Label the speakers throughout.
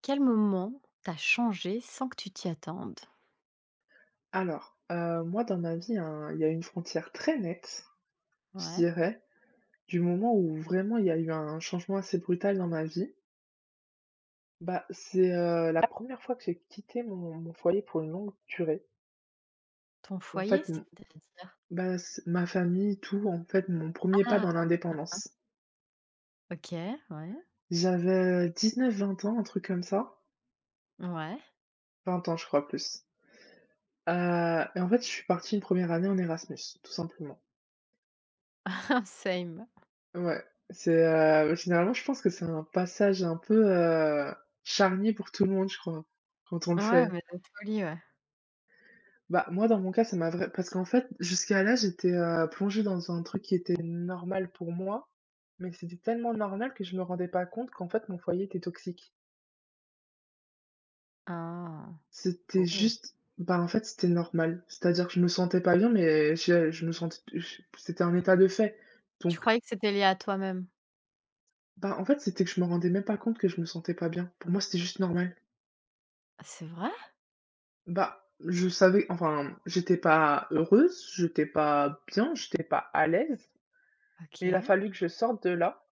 Speaker 1: Quel moment t'a changé sans que tu t'y attendes?
Speaker 2: Alors, moi dans ma vie, hein, il y a une frontière très nette, je
Speaker 1: Ouais.
Speaker 2: dirais, du moment où vraiment il y a eu un changement assez brutal dans ma vie. Bah, c'est, la première fois que j'ai quitté mon foyer pour une longue durée.
Speaker 1: Ton
Speaker 2: En fait,
Speaker 1: foyer,
Speaker 2: m
Speaker 1: c'est-à-dire?
Speaker 2: bah, c ma famille, tout, en fait, mon premier pas dans
Speaker 1: Ah!
Speaker 2: l'indépendance.
Speaker 1: OK, ouais.
Speaker 2: J'avais 19-20 ans, un truc comme ça,
Speaker 1: Ouais.
Speaker 2: 20 ans je crois plus, heu et en fait, je suis partie une première année en Erasmus, tout simplement.
Speaker 1: Same.
Speaker 2: Ouais, c'est, généralement, je pense que c'est un passage un peu, charnier pour tout le monde, je crois, quand on le
Speaker 1: Ouais,
Speaker 2: fait.
Speaker 1: mais de folie, ouais.
Speaker 2: Bah, moi, dans mon cas, ça m'a vrai parce qu'en fait, jusqu'à là, j'étais, plongée dans un truc qui était normal pour moi, mais c'était tellement normal que je me rendais pas compte qu'en fait, mon foyer était toxique.
Speaker 1: Ah!
Speaker 2: C'était
Speaker 1: Oh!
Speaker 2: juste, bah, en fait, c'était normal. C'est-à-dire que je me sentais pas bien, mais je me sentais, je c'était un état de fait.
Speaker 1: Tu
Speaker 2: Donc,
Speaker 1: croyais que c'était lié à toi-même?
Speaker 2: bah, en fait, c'était que je me rendais même pas compte que je me sentais pas bien. Pour moi, c'était juste normal.
Speaker 1: C'est vrai?
Speaker 2: Bah, je savais enfin, j'étais pas heureuse, j'étais pas bien, j'étais pas à l'aise, mais il a
Speaker 1: OK.
Speaker 2: fallu que je sorte de là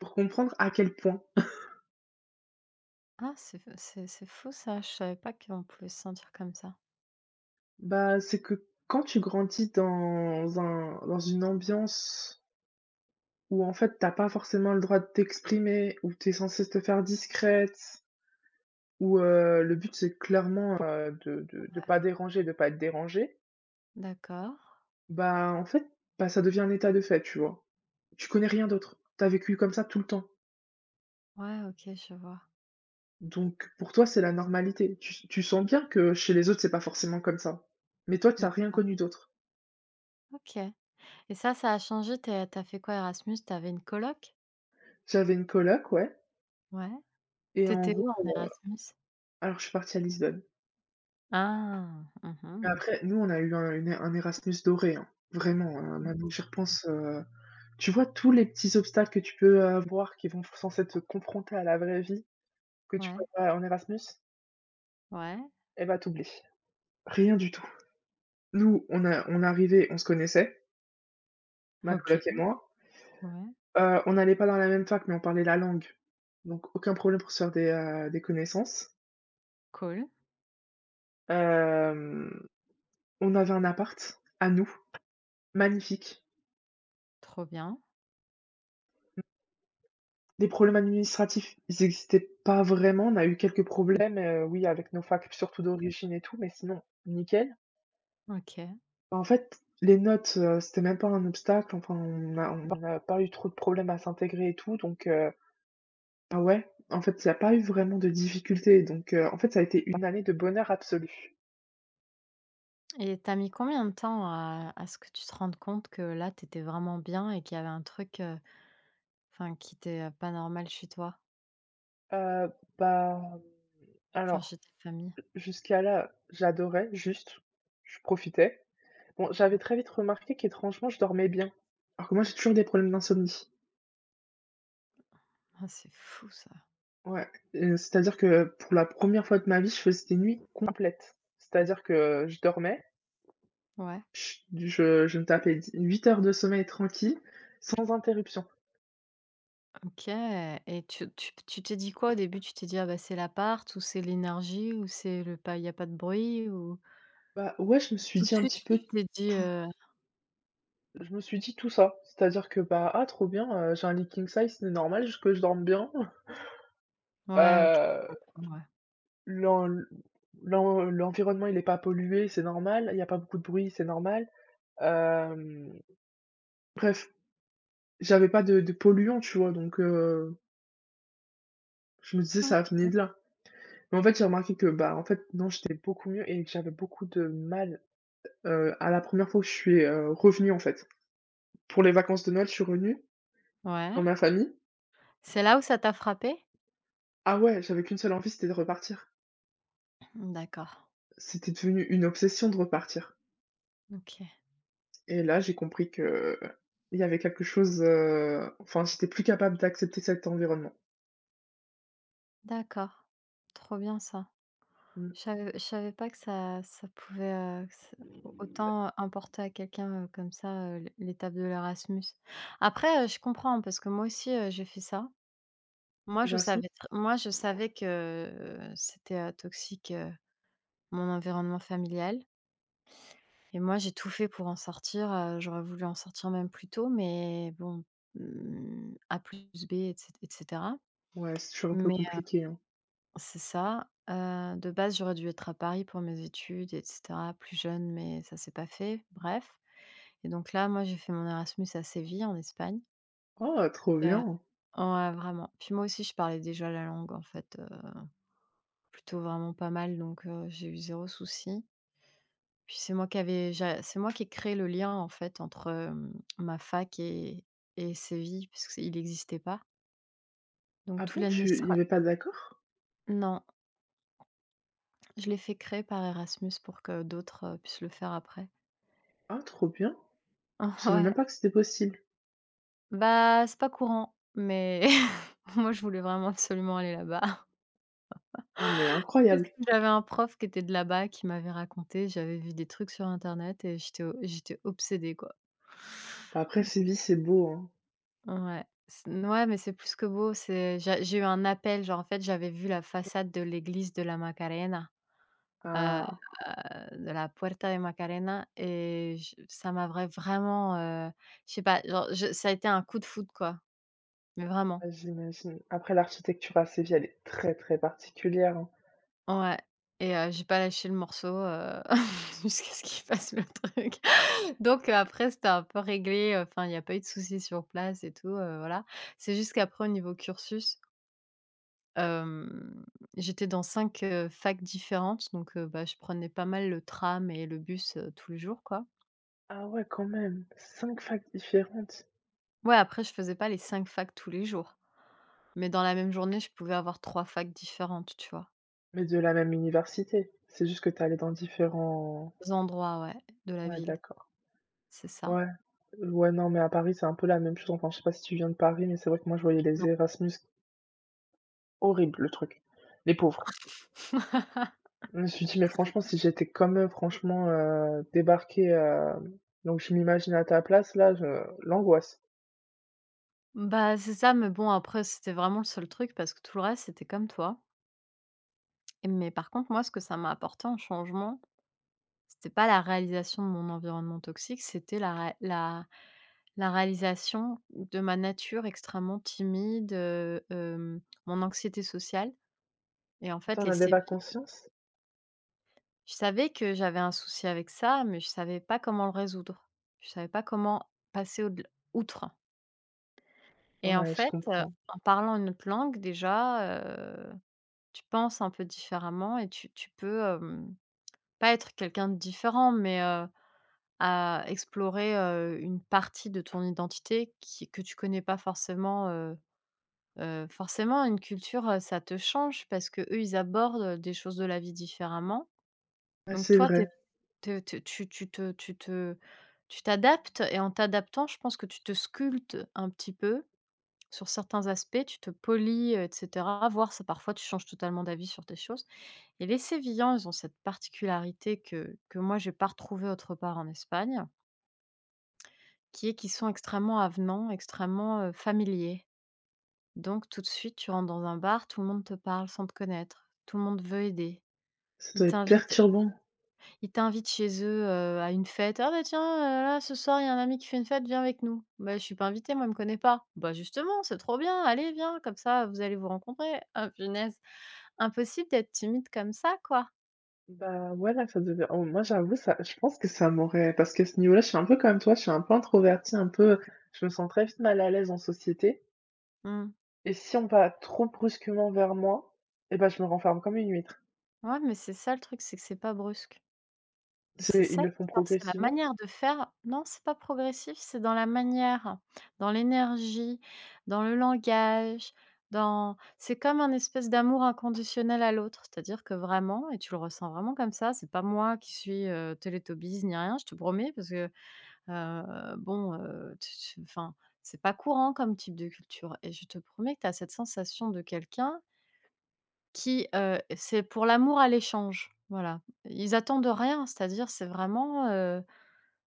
Speaker 2: pour comprendre à quel point.
Speaker 1: Ah, c'est fou ça, je savais pas qu'on pouvait se sentir comme ça.
Speaker 2: Bah, c'est que quand tu grandis dans un dans une ambiance où en fait t'as pas forcément le droit de t'exprimer, où t'es censé te faire discrète, où, le but c'est clairement, de pas déranger, de pas être dérangé.
Speaker 1: D'accord.
Speaker 2: Bah, en fait, bah, ça devient un état de fait, tu vois? Tu connais rien d'autre. T'as vécu comme ça tout le temps.
Speaker 1: Ouais, OK, je vois.
Speaker 2: Donc pour toi, c'est la normalité. Tu sens bien que chez les autres, c'est pas forcément comme ça. Mais toi, tu as rien
Speaker 1: D'accord.
Speaker 2: connu d'autre.
Speaker 1: OK. Et ça a changé, tu t'as fait quoi Erasmus? T'avais une coloc?
Speaker 2: J'avais une coloc, ouais,
Speaker 1: Ouais.
Speaker 2: et en
Speaker 1: T'étais
Speaker 2: gros,
Speaker 1: où en Erasmus?
Speaker 2: alors je suis partie à Lisbonne.
Speaker 1: Ah!
Speaker 2: Mais
Speaker 1: Mmh.
Speaker 2: après, nous, on a eu un Erasmus doré, hein. Vraiment,
Speaker 1: Mmh,
Speaker 2: maintenant que j'y
Speaker 1: ça.
Speaker 2: repense, tu vois tous les petits obstacles que tu peux avoir qui vont censés te confronter à la vraie vie, que tu
Speaker 1: Ouais,
Speaker 2: peux pas en Erasmus
Speaker 1: ouais,
Speaker 2: et bah, t'oublies. Rien du tout. Nous, on arrivait, on se connaissait, ma
Speaker 1: OK,
Speaker 2: coloc et moi.
Speaker 1: ouais,
Speaker 2: On n'allait pas dans la même fac, mais on parlait la langue, donc aucun problème pour se faire des connaissances.
Speaker 1: cool,
Speaker 2: Hem, on avait un appart à nous, magnifique.
Speaker 1: trop bien,
Speaker 2: Les problèmes administratifs, ils n'existaient pas vraiment. On a eu quelques problèmes, oui, avec nos facs, surtout d'origine et tout, mais sinon nickel.
Speaker 1: OK.
Speaker 2: En fait, les notes, c'était même pas un obstacle, enfin, on n'a pas eu trop de problèmes à s'intégrer et tout, donc, ah ouais, en fait, il n'y a pas eu vraiment de difficultés, donc, en fait, ça a été une année de bonheur absolu.
Speaker 1: Et tu as mis combien de temps à ce que tu te rendes compte que là, tu étais vraiment bien et qu'il y avait un truc, enfin qui était, pas normal chez toi?
Speaker 2: Heu, bah,
Speaker 1: Enfin
Speaker 2: alors,
Speaker 1: chez ta famille?
Speaker 2: jusqu'à là, j'adorais, juste, je profitais. Bon, j'avais très vite remarqué qu'étrangement, je dormais bien, alors que moi, j'ai toujours des problèmes d'insomnie.
Speaker 1: Ah, c'est fou ça.
Speaker 2: Ouais, c'est-à-dire que pour la première fois de ma vie, je faisais des nuits complètes. C'est-à-dire que je dormais,
Speaker 1: Ouais,
Speaker 2: ch je me tapais d 8 heures de sommeil tranquille, sans interruption.
Speaker 1: OK. Et tu t'es dit quoi au début? Tu t'es dit: «Ah bah, c'est l'appart» ou c'est l'énergie ou c'est le pas il y a pas de bruit ou
Speaker 2: Bah, ouais, je me suis
Speaker 1: tout de
Speaker 2: dit un
Speaker 1: suite
Speaker 2: petit
Speaker 1: tu
Speaker 2: peu
Speaker 1: t'es dit,
Speaker 2: tout. Je me suis dit tout ça, c'est-à-dire que, bah: «Ah trop bien, j'ai un lit king size, c'est normal j que je dorme bien».
Speaker 1: ouais, OK, je
Speaker 2: Heu
Speaker 1: comprends, ouais.
Speaker 2: L'en l'environnement, il est pas pollué, c'est normal. Il y a pas beaucoup de bruit, c'est normal. Hem, Bref, j'avais pas de polluants, tu vois? Donc, je me disais: «Ça venait de là». Mais en fait, j'ai remarqué que, bah, en fait, non, j'étais beaucoup mieux et que j'avais beaucoup de mal, à la première fois que je suis, revenue, en fait. Pour les vacances de Noël, je suis revenue dans
Speaker 1: Ouais,
Speaker 2: ma famille.
Speaker 1: c'est là où ça t'a frappé?
Speaker 2: Ah ouais, j'avais qu'une seule envie, c'était de repartir.
Speaker 1: Mmh, d'accord.
Speaker 2: C'était devenu une obsession de repartir.
Speaker 1: OK.
Speaker 2: Et là, j'ai compris que il y avait quelque chose, enfin, j'étais plus capable d'accepter cet environnement.
Speaker 1: D'accord. Trop bien ça.
Speaker 2: Mmh.
Speaker 1: Je savais pas que ça ça pouvait, que ça au autant importer à quelqu'un, comme ça, l'étape de l'Erasmus. Après, je comprends parce que moi aussi, j'ai fait ça. Moi,
Speaker 2: Erasmus?
Speaker 1: je savais que c'était, toxique, mon environnement familial et moi, j'ai tout fait pour en sortir, j'aurais voulu en sortir même plus tôt mais bon, mmh, A plus B et cet cetera.
Speaker 2: Ouais, c'est toujours un peu
Speaker 1: Mais
Speaker 2: compliqué, hein.
Speaker 1: c'est ça. De base, j'aurais dû être à Paris pour mes études et cetera, plus jeune, mais ça s'est pas fait, bref. Et donc là, moi, j'ai fait mon Erasmus à Séville, en Espagne.
Speaker 2: Oh, trop
Speaker 1: Super.
Speaker 2: bien!
Speaker 1: Ouais, vraiment. Puis moi aussi, je parlais déjà la langue, en fait, plutôt vraiment pas mal donc j'ai eu zéro souci. Puis c'est moi qui ai créé le lien, en fait, entre, ma fac et Séville puisqu'il n'existait pas. Donc
Speaker 2: Ah
Speaker 1: tout
Speaker 2: bon, tu il y
Speaker 1: OK.
Speaker 2: avait pas d'accord?
Speaker 1: Non, je l'ai fait créer par Erasmus pour que d'autres, puissent le faire après.
Speaker 2: Ah, trop bien! Je savais même
Speaker 1: Ouais.
Speaker 2: pas que c'était possible.
Speaker 1: Bah, c'est pas courant, mais moi, je voulais vraiment absolument aller là-bas.
Speaker 2: Ah, mais
Speaker 1: Parce
Speaker 2: incroyable!
Speaker 1: que j'avais un prof qui était de là-bas, qui m'avait raconté, j'avais vu des trucs sur internet et j'étais obsédée, quoi.
Speaker 2: Bah, après Séville, c'est beau, hein.
Speaker 1: Ouais, c'est ouais, mais c'est plus que beau, c'est j'ai eu un appel, genre, en fait, j'avais vu la façade de l'église de la Macarena, heu,
Speaker 2: Ah,
Speaker 1: de la Puerta de Macarena et je ça m'avait vraiment, heu, je sais pas, genre, je ça a été un coup de foudre, quoi, mais vraiment.
Speaker 2: bah, j'imagine. Après, l'architecture à Séville, elle est très, très particulière, hein.
Speaker 1: Ouais. Et j'ai pas lâché le morceau, jusqu'à ce qu'il fasse le truc. Donc après, c'était un peu réglé, enfin, il y a pas eu de soucis sur place et tout, voilà. C'est juste qu'après au niveau cursus, hem, j'étais dans 5 facs différentes donc bah, je prenais pas mal le tram et le bus, tous les jours, quoi.
Speaker 2: Ah ouais, quand même! 5 facs différentes,
Speaker 1: Ouais, après je faisais pas les 5 facs tous les jours, mais dans la même journée, je pouvais avoir 3 facs différentes, tu vois?
Speaker 2: mais de la même université. C'est juste que tu es dans différents,
Speaker 1: 2 endroits, ouais, de la
Speaker 2: ouais,
Speaker 1: ville,
Speaker 2: d'accord.
Speaker 1: c'est ça.
Speaker 2: Ouais, ouais, non, mais à Paris, c'est un peu la même chose. Enfin, je sais pas si tu viens de Paris, mais c'est vrai que moi, je voyais les
Speaker 1: Non.
Speaker 2: Erasmus, horrible le truc. Les pauvres. Je me suis dit, mais franchement, si j'étais comme eux, franchement, débarquer, donc je m'imagine à ta place, là, l'angoisse.
Speaker 1: Bah, c'est ça, mais bon, après, c'était vraiment le seul truc parce que tout le reste, c'était comme toi. Et mais par contre, moi, ce que ça m'a apporté en changement, c'était pas la réalisation de mon environnement toxique, c'était la ré la la réalisation de ma nature extrêmement timide, mon anxiété sociale et en fait,
Speaker 2: Attends, on
Speaker 1: les
Speaker 2: avait
Speaker 1: sévices.
Speaker 2: pas conscience?
Speaker 1: Je savais que j'avais un souci avec ça, mais je savais pas comment le résoudre. Je savais pas comment passer au outre et en
Speaker 2: Ouais, je
Speaker 1: fait,
Speaker 2: comprends.
Speaker 1: en parlant une autre langue déjà, tu penses un peu différemment et tu peux, pas être quelqu'un de différent, mais, à explorer, une partie de ton identité qui que tu connais pas forcément, forcément une culture, ça te change parce que eux, ils abordent, des choses de la vie différemment.
Speaker 2: Ah,
Speaker 1: Donc
Speaker 2: c'est
Speaker 1: toi, tu es
Speaker 2: vrai,
Speaker 1: te tu tu te tu te tu t'adaptes et en t'adaptant, je pense que tu te sculptes un petit peu sur certains aspects, tu te polis, et cetera, voire ça parfois tu changes totalement d'avis sur des choses et les Sévillans, ils ont cette particularité que moi j'ai pas retrouvée autre part en Espagne, qui est qu'ils sont extrêmement avenants, extrêmement, familiers. Donc tout de suite, tu rentres dans un bar, tout le monde te parle sans te connaître, tout le monde veut aider.
Speaker 2: ça
Speaker 1: Ils
Speaker 2: doit être
Speaker 1: t'invitent
Speaker 2: perturbant.
Speaker 1: Ils t'invitent chez eux, à une fête: «Ah bah tiens, là ce soir il y a un ami qui fait une fête, viens avec nous». «Bah je suis pas invitée, moi il me connaît pas». «Bah justement, c'est trop bien, allez viens, comme ça vous allez vous rencontrer». Ah punaise! Impossible d'être timide comme ça quoi.
Speaker 2: Bah, voilà, ça devait, oh, moi, j'avoue, ça, je pense que ça m'aurait. Parce que ce niveau-là, je suis un peu comme toi, je suis un peu introvertie, un peu. Je me sens très vite mal à l'aise en société.
Speaker 1: Mmh.
Speaker 2: Et si on va trop brusquement vers moi, et bah, je me renferme comme une huître.
Speaker 1: Ouais mais c'est ça le truc, c'est que c'est pas brusque. C'est
Speaker 2: C'est Ils
Speaker 1: ça
Speaker 2: le font
Speaker 1: l'histoire, c'est la
Speaker 2: progressivement?
Speaker 1: manière de faire. Non, c'est pas progressif, c'est dans la manière, dans l'énergie, dans le langage, dans c'est comme un espèce d'amour inconditionnel à l'autre. C'est-à-dire que vraiment et tu le ressens vraiment comme ça, c'est pas moi qui suis, Teletubbies ni rien, je te promets parce que, tu enfin, c'est pas courant comme type de culture et je te promets que tu as cette sensation de quelqu'un qui, c'est pour l'amour à l'échange, voilà. Ils attendent rien, c'est-à-dire c'est vraiment,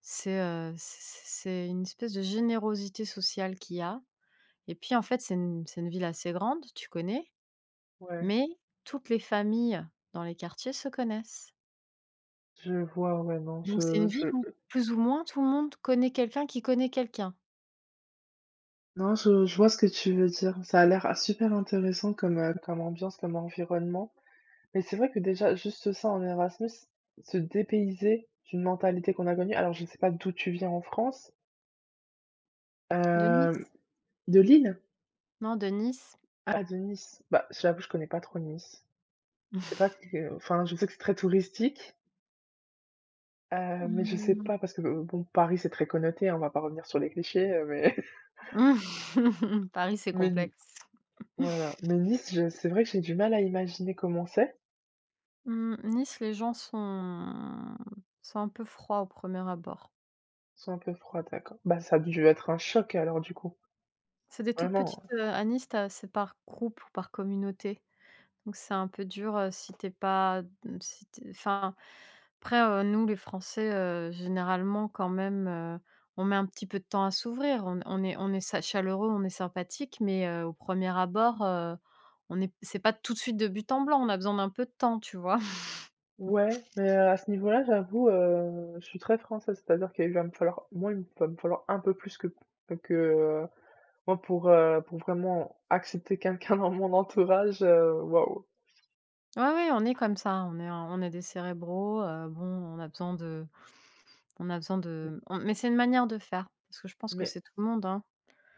Speaker 1: c'est, heu, c c'est une espèce de générosité sociale qu'il y a et puis, en fait, c'est une ville assez grande, tu connais,
Speaker 2: Ouais,
Speaker 1: mais toutes les familles dans les quartiers se connaissent.
Speaker 2: je vois, ouais, non,
Speaker 1: Donc c'est une
Speaker 2: je
Speaker 1: ville où, plus ou moins, tout le monde connaît quelqu'un qui connaît quelqu'un.
Speaker 2: non, je vois ce que tu veux dire. Ça a l'air, ah, super intéressant comme ambiance, comme environnement. Mais c'est vrai que déjà, juste ça en Erasmus, se dépayser d'une mentalité qu'on a connue alors je ne sais pas d'où tu viens en France.
Speaker 1: De Nice?
Speaker 2: Hem, de Lille?
Speaker 1: Non, de Nice?
Speaker 2: Ah, de Nice. Bah, j'avoue, je connais pas trop Nice. Je sais pas que enfin, je sais que c'est très touristique. Mais je sais
Speaker 1: Mmh.
Speaker 2: pas parce que, bon, Paris, c'est très connoté, hein, on va pas revenir sur les clichés, mais
Speaker 1: Paris, c'est
Speaker 2: mais N
Speaker 1: complexe.
Speaker 2: voilà, mais Nice, je c'est vrai que j'ai du mal à imaginer comment c'est.
Speaker 1: Mmh, Nice, les gens sont un peu froids au premier abord.
Speaker 2: C'est un peu froid, d'accord. Bah, ça a dû être un choc alors du coup,
Speaker 1: C'est des toutes
Speaker 2: vraiment.
Speaker 1: petites, à Nice, tu c'est par groupe ou par communauté. Donc c'est un peu dur, si t'es pas mmh, si tu enfin, après, nous les Français, généralement quand même, on met un petit peu de temps à s'ouvrir. On est sa chaleureux, on est sympathique, mais au premier abord, on est c'est pas tout de suite de but en blanc, on a besoin d'un peu de temps, tu vois?
Speaker 2: Ouais, mais, à ce niveau-là, j'avoue, je suis très française, c'est-à-dire qu'il va me falloir un peu plus que moi pour vraiment accepter quelqu'un dans mon entourage, waouh.
Speaker 1: Ouais, ouais, on est comme ça, on est des cérébraux, bon, on a besoin de on a besoin
Speaker 2: M
Speaker 1: de on mais c'est une manière de faire, parce que je pense que
Speaker 2: mais
Speaker 1: c'est tout le monde, hein.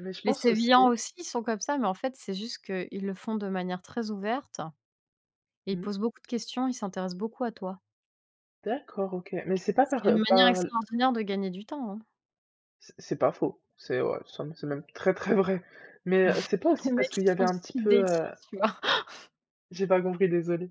Speaker 2: mais je
Speaker 1: Les
Speaker 2: pense
Speaker 1: Sévillans
Speaker 2: aussi,
Speaker 1: aussi, ils sont comme ça, mais en fait, c'est juste qu'ils le font de manière très ouverte et ils posent
Speaker 2: mmh,
Speaker 1: beaucoup de questions, ils s'intéressent beaucoup à toi.
Speaker 2: d'accord, OK, mais c'est pas
Speaker 1: Ce
Speaker 2: par,
Speaker 1: qui est une manière
Speaker 2: par
Speaker 1: extraordinaire de gagner du temps, hein.
Speaker 2: C'est pas faux. C'est, ouais, c'est même très, très vrai. Mais, c'est pas aussi
Speaker 1: Les
Speaker 2: parce
Speaker 1: mecs,
Speaker 2: qu'il
Speaker 1: ils
Speaker 2: y
Speaker 1: te
Speaker 2: avait
Speaker 1: font
Speaker 2: un
Speaker 1: du
Speaker 2: petit
Speaker 1: speed
Speaker 2: peu,
Speaker 1: dating, tu vois?
Speaker 2: j'ai pas compris, désolé.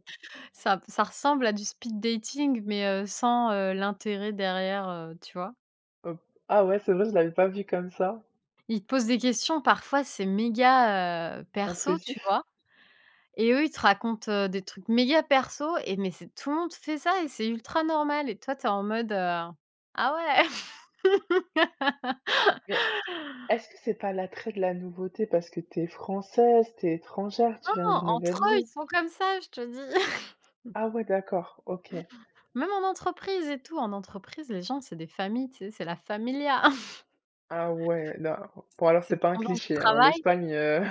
Speaker 1: Ça ça ressemble à du speed dating, mais sans, l'intérêt derrière, tu vois?
Speaker 2: Hop. Ah ouais, c'est vrai, je l'avais pas vu comme ça,
Speaker 1: Ils te posent des questions, parfois c'est méga, perso, tu
Speaker 2: intrusif.
Speaker 1: vois? Et eux, ils te racontent, des trucs méga perso et c'est tout le monde fait ça et c'est ultra normal et toi, t'es en mode, «Ah ouais!»
Speaker 2: Mais est-ce que c'est pas l'attrait de la nouveauté parce que t'es française, t'es es étrangère, tu viens
Speaker 1: Non,
Speaker 2: d'une nouvelle
Speaker 1: entre eux, ils
Speaker 2: ville?
Speaker 1: sont comme ça, je te dis.
Speaker 2: Ah ouais, d'accord, OK.
Speaker 1: Même en entreprise et tout. En entreprise, les gens, c'est des familles, tu sais, c'est la familia.
Speaker 2: Ah ouais, non. Bon alors c'est
Speaker 1: C'est
Speaker 2: pas un
Speaker 1: l'ambiance de
Speaker 2: cliché, hein,
Speaker 1: travail
Speaker 2: l'Espagne,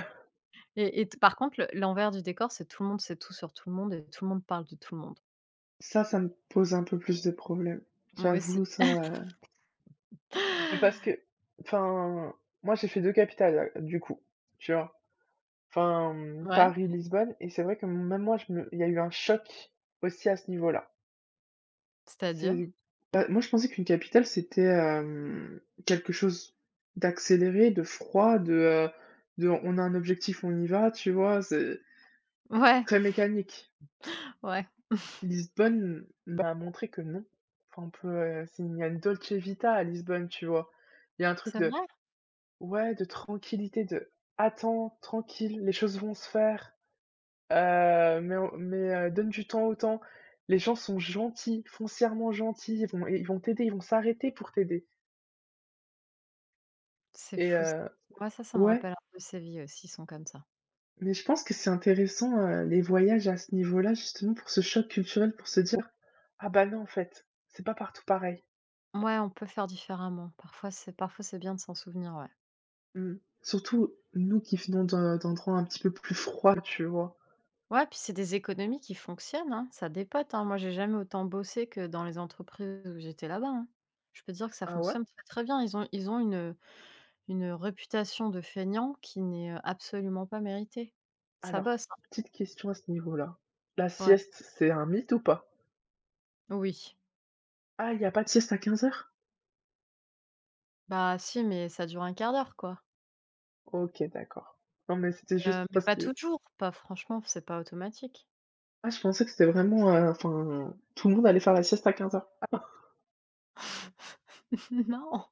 Speaker 1: et t par contre, le l'envers du décor, c'est tout le monde sait tout sur tout le monde et tout le monde parle de tout le monde.
Speaker 2: ça me pose un peu plus de problèmes.
Speaker 1: Moi aussi.
Speaker 2: J'avoue ça, heu mais parce que enfin, moi j'ai fait 2 capitales, du coup, tu vois? Enfin, mmh,
Speaker 1: Ouais,
Speaker 2: Paris-Lisbonne et c'est vrai que même moi je me il y a eu un choc aussi à ce niveau-là.
Speaker 1: c'est-à-dire?
Speaker 2: C'est Bah, moi je pensais qu'une capitale c'était, quelque chose d'accéléré, de froid, de on a un objectif, on y va, tu vois? C'est
Speaker 1: Ouais,
Speaker 2: très mécanique.
Speaker 1: ouais.
Speaker 2: Lisbonne m'a montré que non. Enfin on peut, c'est il y a une dolce vita à Lisbonne, tu vois? Il y a un truc
Speaker 1: C'est
Speaker 2: de
Speaker 1: vrai?
Speaker 2: ouais, de tranquillité, de attends, tranquille, les choses vont se faire. Mais, donne du temps au temps. Les gens sont gentils, foncièrement gentils, ils vont t'aider, ils vont s'arrêter pour t'aider
Speaker 1: C'est
Speaker 2: et,
Speaker 1: fou ça. Ouais, ça me
Speaker 2: ouais,
Speaker 1: rappelle un peu Séville aussi, ils sont comme ça.
Speaker 2: mais je pense que c'est intéressant, les voyages à ce niveau-là, justement pour ce choc culturel, pour se dire: «Ah bah non, en fait, c'est pas partout pareil».
Speaker 1: Ouais, on peut faire différemment. Parfois, c'est bien de s'en souvenir, ouais.
Speaker 2: Mmh. Surtout nous qui venons d'endroits un petit peu plus froids, tu vois?
Speaker 1: Ouais, puis c'est des économies qui fonctionnent, hein, ça dépote, hein. Moi, j'ai jamais autant bossé que dans les entreprises où j'étais là-bas, hein. Je peux te dire que ça
Speaker 2: Ah ouais?
Speaker 1: fonctionne très, très bien. Ils ont une réputation de feignants qui n'est, absolument pas méritée. Ça
Speaker 2: Alors,
Speaker 1: bosse, hein.
Speaker 2: petite question à ce niveau-là. La
Speaker 1: Ouais,
Speaker 2: sieste, c'est un mythe ou pas?
Speaker 1: oui.
Speaker 2: Ah, il y a pas de sieste à 15h?
Speaker 1: Bah, si, mais ça dure un quart d'heure, quoi.
Speaker 2: OK, d'accord. Non, mais c'était juste
Speaker 1: Mais
Speaker 2: parce
Speaker 1: pas
Speaker 2: que,
Speaker 1: toujours, pas franchement, c'est pas automatique.
Speaker 2: ah, je pensais que c'était vraiment, enfin, tout le monde allait faire la sieste à 15h.
Speaker 1: Non,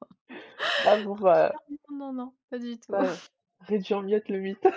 Speaker 2: Ah bon, bah,
Speaker 1: non, non, non, pas du tout.
Speaker 2: ça réduire miette le mythe.